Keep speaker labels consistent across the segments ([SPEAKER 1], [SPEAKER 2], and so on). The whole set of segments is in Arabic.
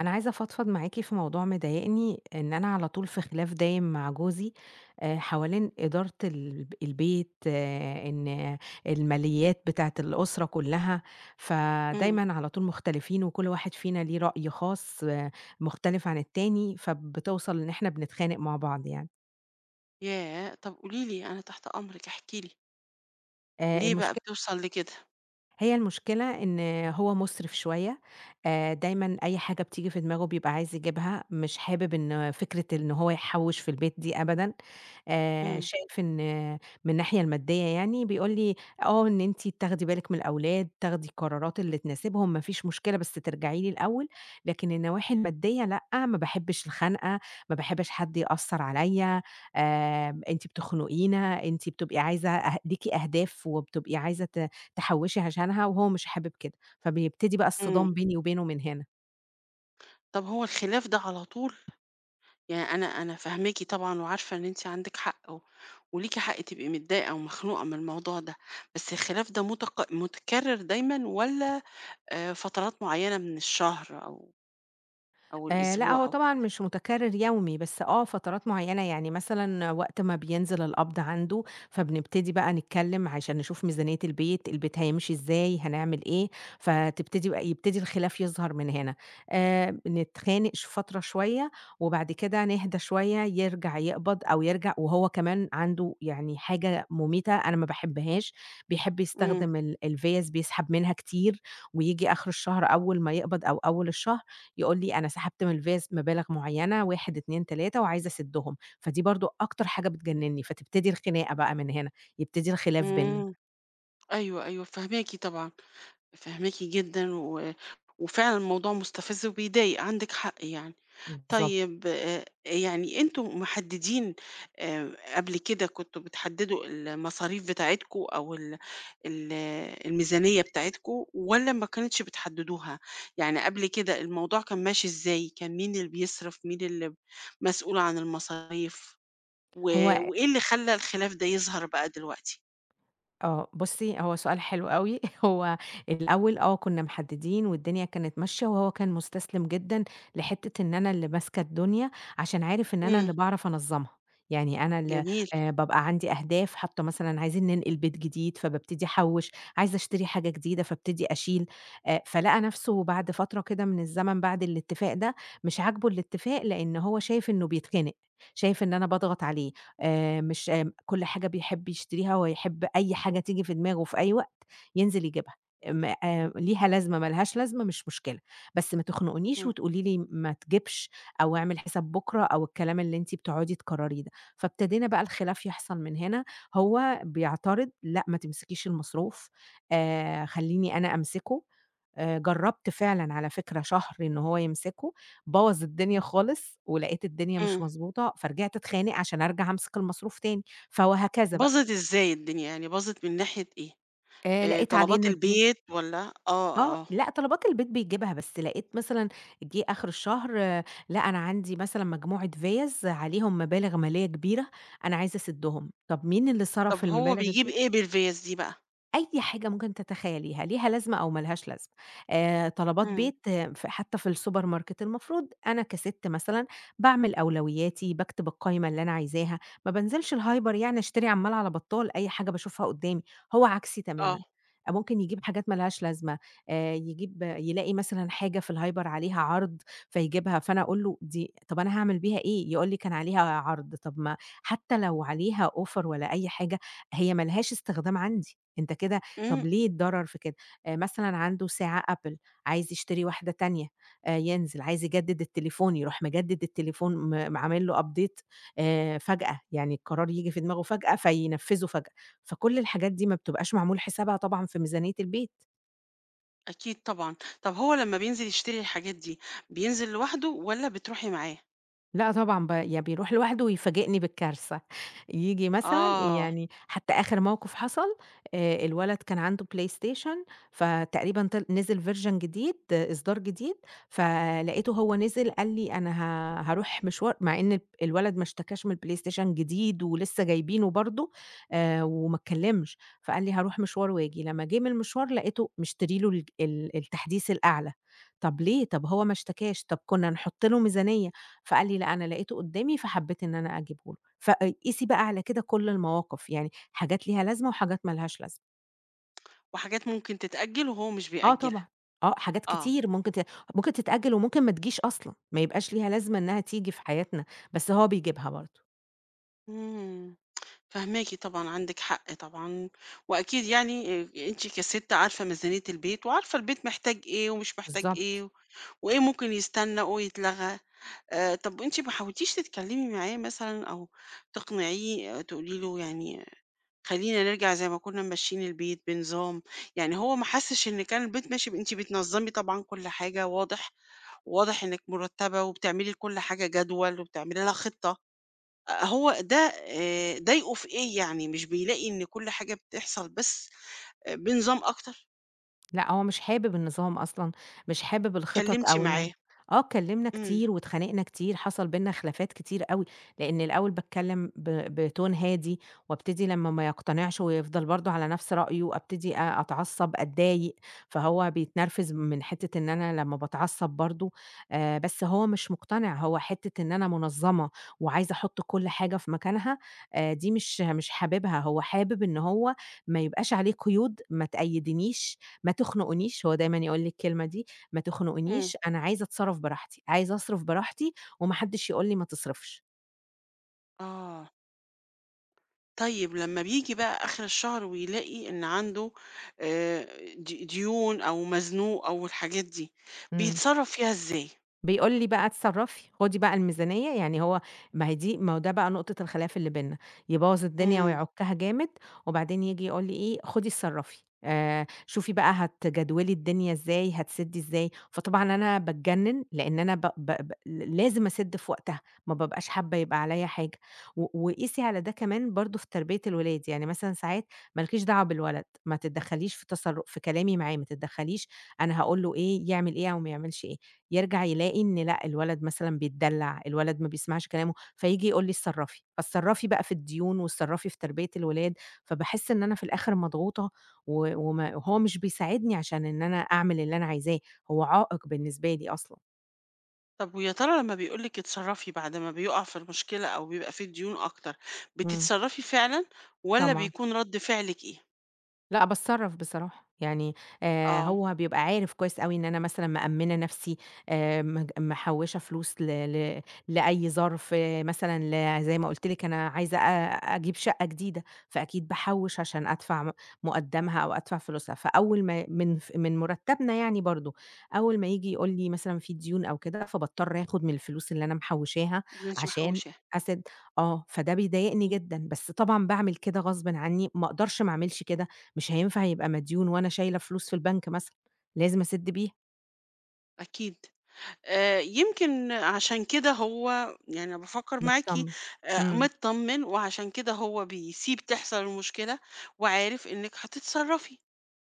[SPEAKER 1] أنا عايزة أفضفض معاكِ في موضوع مضايقني، إن أنا على طول في خلاف دايم مع جوزي حوالين إدارة البيت، آه، إن الماليات بتاعة الأسرة كلّها،
[SPEAKER 2] إمم،
[SPEAKER 1] فدايمًا على طول مختلفين وكل واحد فينا ليه رأي خاص آه، مختلف عن التاني، فبتوصل إن إحنا بنتخانق مع بعض يعني.
[SPEAKER 2] ياه! طب قولي لي، أنا تحت أمرِك، احكي لي، ليه بقى
[SPEAKER 1] المشكلة
[SPEAKER 2] بتوصل لكده؟
[SPEAKER 1] المشكلة إن هو مُسرِف شوية، دايمًا أي حاجة بتيجي في دماغه بيبقى عايز يجيبها، مش حابب إن فكرة إن هو يحوِّش في البيت دي أبدًا،
[SPEAKER 2] إمم،
[SPEAKER 1] شايف إن من الناحية المادية يعني بيقول لي: "آه، إن أنتِ تاخدي بالِك من الأولاد، تاخدي القرارات اللي تناسبهم، ما فيش مشكلة بس ترجعي لي الأول، لكن النواحي المادية لأ، ما باحبش الخنقة، ما باحبش حد يأثّر عليَّ، أنتِ بتخنقينا، أنتِ بتبقي عايزة أه ليكِ أهداف وبتبقي عايزة تحوّشي عشانها وهو مش حابب كده، فبيبتدي بقى
[SPEAKER 2] إمم،
[SPEAKER 1] الصدام بيني وبينه من هنا.
[SPEAKER 2] طب هو الخلاف ده على طول؟ يعني أنا فاهماكِ طبعًا وعارفة إن أنتِ عندِك حق و وليكِ حق تبقي متضايقة ومخنوقة من الموضوع ده، بس الخلاف ده متكرر دايمًا والّا فترات معينة من الشهر أو
[SPEAKER 1] لأ،
[SPEAKER 2] الأسبوع
[SPEAKER 1] هو
[SPEAKER 2] أو
[SPEAKER 1] طبعًا مش متكرر يومي، بس آه فترات معيّنة، يعني مثلًا وقت ما بينزل القبض عنده، فبنبتدي بقى نتكلم عشان نشوف ميزانية البيت، البيت هيمشي إزاي، هنعمل إيه، فتبتدي بقى يبتدي الخلاف يظهر من هنا، نتخانق فترة شوية، وبعد كده نهدى شوية، يرجع يقبض أو يرجع وهو كمان عنده يعني حاجة مميتة أنا ما باحبهاش، بيحب
[SPEAKER 2] إمم،
[SPEAKER 1] يستخدم الفِيَّز، بيسحب منها كتير، وييجي آخر الشهر أول ما يقبض أو أول الشهر يقول لي أنا سحبت من الفيز مبالغ معيّنة 1، 2، 3 وعايز أسدّهم، فدي برضه أكتر حاجة بتجنّني، فتبتدي الخناقة بقى من هنا، يبتدي الخلاف بيننا.
[SPEAKER 2] إمم، أيوه، أيوه، فاهماكِ طبعًا، فاهماكِ جدًا وفعلًا الموضوع مستفز وبيضايق، عندِك حق يعني.
[SPEAKER 1] بالضبط.
[SPEAKER 2] طيب يعني أنتم محددين قبل كده كنتم بتحددوا المصاريف بتاعتكم أو ال ال الميزانية بتاعتكم والّا ما كانتش بتحددوها؟ يعني قبل كده الموضوع كان ماشي إزاي؟ كان مين اللي بيصرف، مين اللي مسؤول عن المصاريف، و
[SPEAKER 1] هو
[SPEAKER 2] وإيه اللي خلّى الخلاف ده يظهر بقى دلوقتي؟
[SPEAKER 1] آه، بُصّي، هو سؤال حلو أوي هو الأول آه، كُنّا محدّدين والدنيا كانت ماشية وهو كان مُستسلم جدًا لحتّة إن أنا اللي ماسكة الدنيا، عشان عارف إن أنا اللي
[SPEAKER 2] إمم،
[SPEAKER 1] باعرف أنظّمها، يعني أنا اللي
[SPEAKER 2] جميل،
[SPEAKER 1] بابقى عندي أهداف حاطّة مثلًا عايزين ننقل بيت جديد، فبابتدي أحوّش، عايزة أشتري حاجة جديدة فابتدي أشيل، فلقى نَفْسه بعد فترة كده من الزمن بعد الاتفاق ده، مش عاجبه الاتفاق لإن هو شايف إنه بيتخنق، شايف إن أنا باضغط عليه، مش كل حاجة بيحب يشتريها، هو يحب أي حاجة تيجي في دماغه في أي وقت ينزل يجيبها، م ليها لازمة ما لهاش لازمة مش مشكلة، بس ما تخنقنيش
[SPEAKER 2] إمم،
[SPEAKER 1] وتقولي لي ما تجيبش أو اعمل حساب بُكرة أو الكلام اللي أنتِ بتقعدي تكرريه ده، فابتدينا بقى الخلاف يحصل من هنا، هو بيعترض لأ ما تمسكيش المصروف، خلّيني أنا أمسكه. جرّبت فعلًا على فكرة شهر إن هو يمسكه، بوّظ الدنيا خالص ولقيت الدنيا مش
[SPEAKER 2] إمم،
[SPEAKER 1] مضبوطة، فرجعت اتخانق عشان أرجع أمسك المصروف تاني، فوهكذا بقى.
[SPEAKER 2] باظت إزاي الدنيا، يعني باظت من ناحية إيه؟
[SPEAKER 1] لقيت
[SPEAKER 2] طلبات
[SPEAKER 1] علينا ديون.
[SPEAKER 2] البيت والّا آه،
[SPEAKER 1] آه،
[SPEAKER 2] آه.
[SPEAKER 1] لأ طلبات البيت بيجيبها، بس لقيت مثلًا جه آخر الشهر آه، لأ أنا عندي مثلًا مجموعة فِيَّز عليهم مبالغ مالية كبيرة، أنا عايزة أسدّهم، طَب مين اللي صرف
[SPEAKER 2] طب هو
[SPEAKER 1] المبالغ
[SPEAKER 2] بيجيب
[SPEAKER 1] دي؟
[SPEAKER 2] إيه بالفيَّز دي بقى؟
[SPEAKER 1] أي حاجة ممكن تتخيليها، ليها لازمة أو ما لهاش لازمة. طلبات
[SPEAKER 2] إمم،
[SPEAKER 1] بيت، ف حتّى في السوبر ماركت، المفروض أنا كسِت مثلًا باعمل أولوياتي، باكتب القايمة اللي أنا عايزاها، ما بانزلش الهايبر يعني أشتري عمّال على بطّال أي حاجة باشوفها قُدّامي، هو عكسي
[SPEAKER 2] آه،
[SPEAKER 1] تمامًا. آه، ممكن يجيب حاجات ما لهاش لازمة، يجيب يلاقي مثلًا حاجة في الهايبر عليها عرض فيجيبها، فأنا أقول له: "دي طَب أنا هاعمل بيها إيه؟" يقول لي: "كان عليها عرض." طَب ما حتّى لو عليها offer ولا أي حاجة هي ما لهاش استخدام عندي، أنت كده
[SPEAKER 2] إمم،
[SPEAKER 1] طب ليه الضرر في كده؟ مثلًا عنده ساعة Apple، عايز يشتري واحدة تانية. ينزل، عايز يجدد التليفون يروح مجدد التليفون م م عامل له update. فجأة، يعني القرار ييجي في دماغه فجأة فينفذه فجأة، فكل الحاجات دي ما بتبقاش معمول حسابها طبعًا في ميزانية البيت.
[SPEAKER 2] أكيد طبعًا. طب هو لمّا بينزل يشتري الحاجات دي، بينزل لوحده والّا بتروحي معاه؟
[SPEAKER 1] لأ طبعًا ب يعني بيروح لوحده ويفاجئني بالكارثة، ييجي مثلًا
[SPEAKER 2] آه،
[SPEAKER 1] يعني حتى آخر موقف حصل الولد كان عنده PlayStation فتقريبًا طل نزل version جديد، إصدار جديد، فلقيته هو نزل قال لي: "أنا هاروح مشوار" مع إن الولد ما اشتكاش من الPlayStation جديد ولسه جايبينه برضه وما اتكلمش، فقال لي: "هاروح مشوار وآجي." لمّا جه من المشوار لقيته مشتري له الج ال التحديث الأعلى، طب ليه؟ طب هو ما اشتكاش، طب كنا نحط له ميزانية. فقال لي: "لأ، أنا لقيته قدّامي فحبّيت إن أنا أجيبه له." فقيسي بقى على كده كل المواقف، يعني حاجات ليها لازمة وحاجات ما لهاش لازمة.
[SPEAKER 2] وحاجات ممكن تتأجّل وهو مش
[SPEAKER 1] آه
[SPEAKER 2] بيأجّلها،
[SPEAKER 1] طبعًا، آه، حاجات
[SPEAKER 2] آه،
[SPEAKER 1] كتير ممكن تتأجّل وممكن ما تجيش أصلًا، ما يبقاش ليها لازمة إنّها تيجي في حياتنا، بس هو بيجيبها برضه.
[SPEAKER 2] إمم، فاهماكِ طبعًا، عندِك حق طبعًا، وأكيد يعني أنتِ كسِت عارفة ميزانية البيت، وعارفة البيت محتاج إيه ومش محتاج إيه،
[SPEAKER 1] بالضبط.
[SPEAKER 2] وإيه ممكن يستنى ويتلغى. طب أنتِ ما حاولتيش تتكلمي معاه مثلًا أو تقنعيه تقولي له يعني خلّينا نرجع زي ما كُنّا ممشّيين البيت بنظام، يعني هو ما حسّش إن كان البيت ماشي ب أنتِ بتنظّمي طبعًا كل حاجة واضح، واضح إنِّك مُرتّبة وبتعملي لكل حاجة جدول وبتعملي لها خطة، هو ده ضايقه في إيه يعني، مش بيلاقي إن كل حاجة بتحصل بس بنظام أكتر؟
[SPEAKER 1] لأ، هو مش حابب النظام أصلًا، مش حابب الخطط
[SPEAKER 2] اتكلّمتِ
[SPEAKER 1] أو إن
[SPEAKER 2] معاه؟
[SPEAKER 1] آه، اتكلّمنا
[SPEAKER 2] إمم،
[SPEAKER 1] كتير واتخانقنا كتير، حصل بيننا خلافات كتير أوي، لإن الأول باتكلّم ب بتون هادي وابتدي لمّا ما يقتنعش ويفضل برضه على نَفْس رأيه، أبتدي أتعصّب، أتضايق، فهو بيتنرفز من حتّة إن أنا لمّا باتعصّب برضه بس هو مش مقتنع، هو حتّة إن أنا منظّمة وعايزة أحُط كل حاجة في مكانها. دي مش حاببها، هو حابب إن هو ما يبقاش عليه قيود، ما تقيّدنيش ما تخنقونيش، هو دايمًا يقول لي الكلمة دي، ما
[SPEAKER 2] إمم،
[SPEAKER 1] تخنقونيش أنا عايزة أتصرّف براحتي، عايزة أصرف براحتي وما حدّش يقول لي ما تصرفش.
[SPEAKER 2] آه، طيب لمّا بييجي بقى آخِر الشهر ويلاقي إن عنده آآ ديون أو مزنوق أو الحاجات دي،
[SPEAKER 1] إمم.
[SPEAKER 2] بيتصرّف فيها إزاي؟
[SPEAKER 1] بيقول لي بقى: "اتصرّفي، خُدي بقى الميزانية." يعني هو ما هي دي ما هو ده بقى نقطة الخلاف اللي بيننا، يبوّظ الدنيا
[SPEAKER 2] إمم.
[SPEAKER 1] ويعُكّها جامد وبعدين ييجي يقول لي إيه: "خُدي اتصرّفي، شوفي بقى هتجدولي الدنيا إزاي، هتسِدّي إزاي." فطبعًا أنا باتجنّن، لإن أنا ب ب ب لازم أسِد في وقتها، ما بابقاش حابّة يبقى عليّا حاجة، وقيسي على ده كمان برضه في تربية الولاد، يعني مثلًا ساعات ما لكيش دعوة بالولد، ما تتدخّليش في في كلامي معاه، ما تتدخّليش أنا هاقول له إيه، يعمل إيه أو ما يعملش إيه. يرجع يلاقي إن لأ، الولد مثلًا بيتدلّع، الولد ما بيسمعش كلامه، فييجي يقول لي اتصرّفي، فاتصرّفي بقى في الديون واتصرّفي في تربية الولاد، فباحس إن أنا في الآخر مضغوطة و وما وهو مش بيساعدني عشان إن أنا أعمل اللي أنا عايزاه، هو عائق بالنسبة لي أصلًا.
[SPEAKER 2] طب ويا ترى لما بيقول لِك اتصرّفي بعد ما بيُقع في المشكلة أو بيبقى في ديون أكتر،
[SPEAKER 1] إمم.
[SPEAKER 2] بتتصرّفي فعلًا والّا
[SPEAKER 1] طبعًا.
[SPEAKER 2] بيكون رَد فعلِك إيه؟
[SPEAKER 1] لأ، باتصرّف بصراحة، يعني
[SPEAKER 2] آه،
[SPEAKER 1] هو بيبقى عارف كويس أوي إن أنا مثلًا مأمّنة نَفْسي، مج محوّشة فلوس ل ل لأي ظرف، مثلًا زي ما قُلت لِك أنا عايزة أجيب شقة جديدة، فأكيد باحوّش عشان أدفع مُقدّمها أو أدفع فلوسها، فأول ما من مُرتّبنا يعني برضه، أول ما ييجي يقول لي مثلًا في ديون أو كده، فباضطر آخُد من الفلوس اللي أنا محوّشاها
[SPEAKER 2] اللي أنتِ
[SPEAKER 1] عشان
[SPEAKER 2] محوّشاه،
[SPEAKER 1] أسد آه، فده بيضايقني
[SPEAKER 2] إمم،
[SPEAKER 1] جدًا، بس طبعًا باعمل كده غصبٍ عنّي، ما أقدرش ما أعملش كده، مش هينفع يبقى مديون وأنا شايلة فلوس في البنك مثلًا، لازم أسِدّ بيها،
[SPEAKER 2] أكيد. يمكن عشان كده هو يعني أنا بافكّر معاكِ
[SPEAKER 1] متطمن. إمم،
[SPEAKER 2] متطمّن وعشان كده هو بيسيب تحصل المشكلة وعارف إنِّك هتتصرّفي،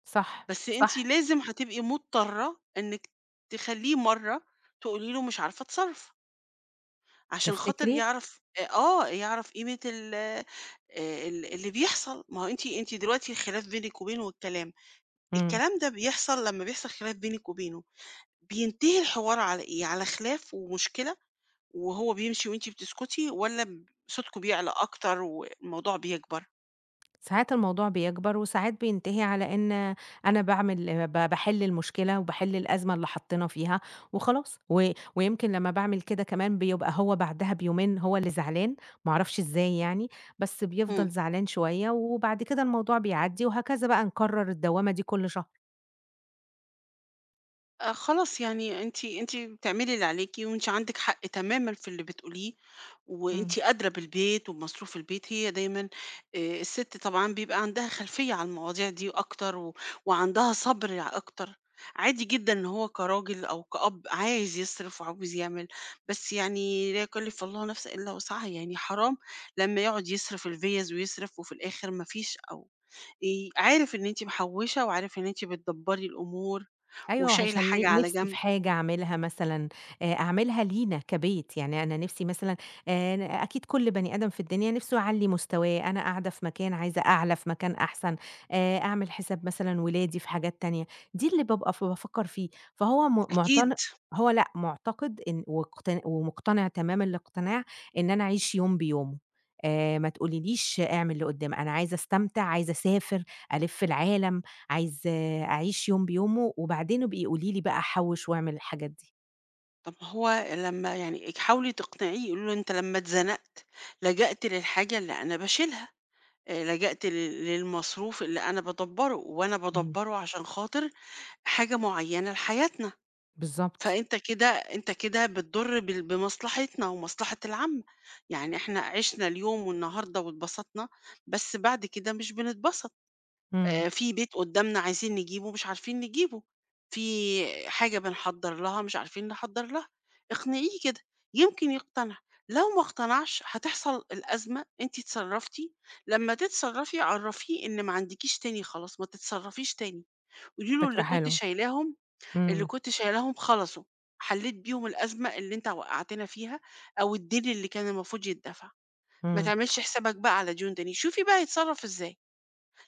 [SPEAKER 1] صح،
[SPEAKER 2] بس أنتِ
[SPEAKER 1] صح،
[SPEAKER 2] لازم هتبقي مضطرة إنِّك تخلّيه مرّة تقولي له مش عارفة أتصرّف. عشان خاطر
[SPEAKER 1] تفتكري؟
[SPEAKER 2] يعرف يعرف قيمة ال ال اللي بيحصل، ما هو أنتِ دلوقتي الخلاف بينِك وبينه الكلام،
[SPEAKER 1] إمم،
[SPEAKER 2] الكلام ده بيحصل لمّا بيحصل خلاف بينِك وبينه، بينتهي الحوار على إيه؟ على خلاف ومشكلة وهو بيمشي وأنتِ بتسكتي والّا صوتكم بيعلى أكتر والموضوع بيكبر؟
[SPEAKER 1] ساعات الموضوع بيكبر وساعات بينتهي على إن أنا باعمل ب باحل المشكلة وباحل الأزمة اللي حطّينا فيها وخلاص، ويمكن لمّا باعمل كده كمان بيبقى هو بعدها بيومين هو اللي زعلان، ما أعرفش إزاي يعني، بس
[SPEAKER 2] إمم.
[SPEAKER 1] بيفضل زعلان شوية وبعد كده الموضوع بيعدّي وهكذا بقى نكرّر الدوّامة دي كل شهر.
[SPEAKER 2] خلاص يعني أنتِ بتعملي اللي عليكِ وأنتِ عندِك حق تمامًا في اللي بتقوليه
[SPEAKER 1] إمم.
[SPEAKER 2] وأنتِ أدرى بالبيت وبمصروف البيت، هي دايمًا الست طبعًا بيبقى عندها خلفية على المواضيع دي أكتر وعندها صبر أكتر. عادي جدًا إن هو كراجل أو كأب عايز يصرف وعاوز يعمل، بس يعني لا يكلّف الله نفسًا إلا وسعها، يعني حرام لمّا يقعد يصرف الفِيَّز ويصرف وفي الآخر ما فيش أو عارف إن أنتِ محوّشة وعارف إن أنتِ بتدبّري الأمور
[SPEAKER 1] أيوه،
[SPEAKER 2] وشايلة
[SPEAKER 1] عشان
[SPEAKER 2] حاجة على
[SPEAKER 1] نِفْسي في
[SPEAKER 2] جنب،
[SPEAKER 1] حاجة أعملها مثلًا، أعملها لينا كبيت، يعني أنا نِفْسي مثلًا ن أكيد كل بني آدم في الدنيا نِفْسه يعلّي مستواه، أنا قاعدة في مكان عايزة أعلى في مكان أحسن، أعمل حساب مثلًا ولادي في حاجات تانية، دي اللي بابقى بافكّر فيه، فهو م مُعتن
[SPEAKER 2] أكيد
[SPEAKER 1] هو لأ، مُعتقد إن ومُقتنع تمام الاقتناع إن أنا أعيش يوم بيومه، ما تقوليليش اعمل لقُدّام، أنا عايزة أستمتع، عايزة أسافر، ألِف العالم، عايزة أعيش يوم بيومه، وبعدين ابقي قولي لي بقى أحوّش واعمل الحاجات دي.
[SPEAKER 2] طب ما هو لمّا يعني حاولي تقنعيه، قولي له: "أنت لمّا اتزنقت لجأت للحاجة اللي أنا باشيلها، لجأت للمصروف اللي أنا بادبّره، وأنا
[SPEAKER 1] إمم،
[SPEAKER 2] بادبّره عشان خاطر حاجة معيّنة لحياتنا،
[SPEAKER 1] بالضبط،
[SPEAKER 2] فأنت كده بتضُر بمصلحتنا ومصلحة العامة، يعني إحنا عِشنا اليوم والنهارده واتبسطنا، بس بعد كده مش بنتبسط."
[SPEAKER 1] إمم،
[SPEAKER 2] في بيت قدّامنا عايزين نجيبه مش عارفين نجيبه، في حاجة بنحضّر لها مش عارفين نحضّر لها، اقنعيه كده، يمكن يقتنع، لو ما اقتنعش هتحصل الأزمة أنتِ اتصرّفتِ، لمّا تتصرّفي عرّفيه إن ما عندكيش تاني خلاص، ما تتصرّفيش تاني، قولي له اللي
[SPEAKER 1] فكرة
[SPEAKER 2] كنت
[SPEAKER 1] حلوة،
[SPEAKER 2] شايلاهم اللي
[SPEAKER 1] إمم،
[SPEAKER 2] كنت شايلاهم خلصوا، حلّيت بيهم الأزمة اللي أنت وقّعتنا فيها أو الدين اللي كان المفروض يتدفع، ما
[SPEAKER 1] إمم،
[SPEAKER 2] تعملش حسابك بقى على ديون تاني، شوفي بقى هيتصرّف إزاي.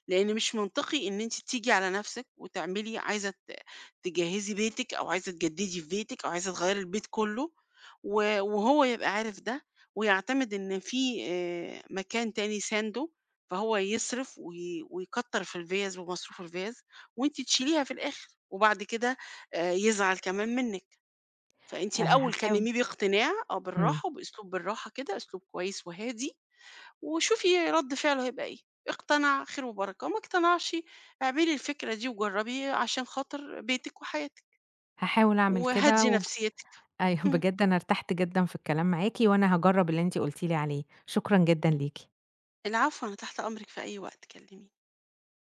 [SPEAKER 2] لأن مش منطقي إن أنتِ تيجي على نفسِك وتعملي عايزة تجهّزي بيتِك أو عايزة تجدّدي في بيتِك أو عايزة تغيّري البيت كُلّه و وهو يبقى عارف ده ويعتمد إن في مكان تاني سانده، فهو يصرف ويكتّر في الفِيَّز ومصروف الفِيَّز وأنتِ تشيليها في الآخر وبعد كده يزعل كمان منِّك. فأنتِ الأول
[SPEAKER 1] هاحاول،
[SPEAKER 2] كلّميه باقتناع،
[SPEAKER 1] إمم،
[SPEAKER 2] بالراحة وبأسلوب بالراحة كده، أسلوب كويس وهادي وشوفي رد فعله هيبقى إيه، اقتنع خير وبركة، ما اقتنعش اعملي الفكرة دي وجربي عشان خاطر بيتِك وحياتِك،
[SPEAKER 1] هاحاول أعمل كده
[SPEAKER 2] وهدّي نفسيتِك.
[SPEAKER 1] أيوه
[SPEAKER 2] إمم،
[SPEAKER 1] بجد أنا ارتحت جدًا في الكلام معاكِ، وأنا هاجرّب اللي أنتِ قُلتِ لي عليه، شكرًا جدًا ليكِ.
[SPEAKER 2] العفو، أنا تحت أمرِك في أي وقت كلميني.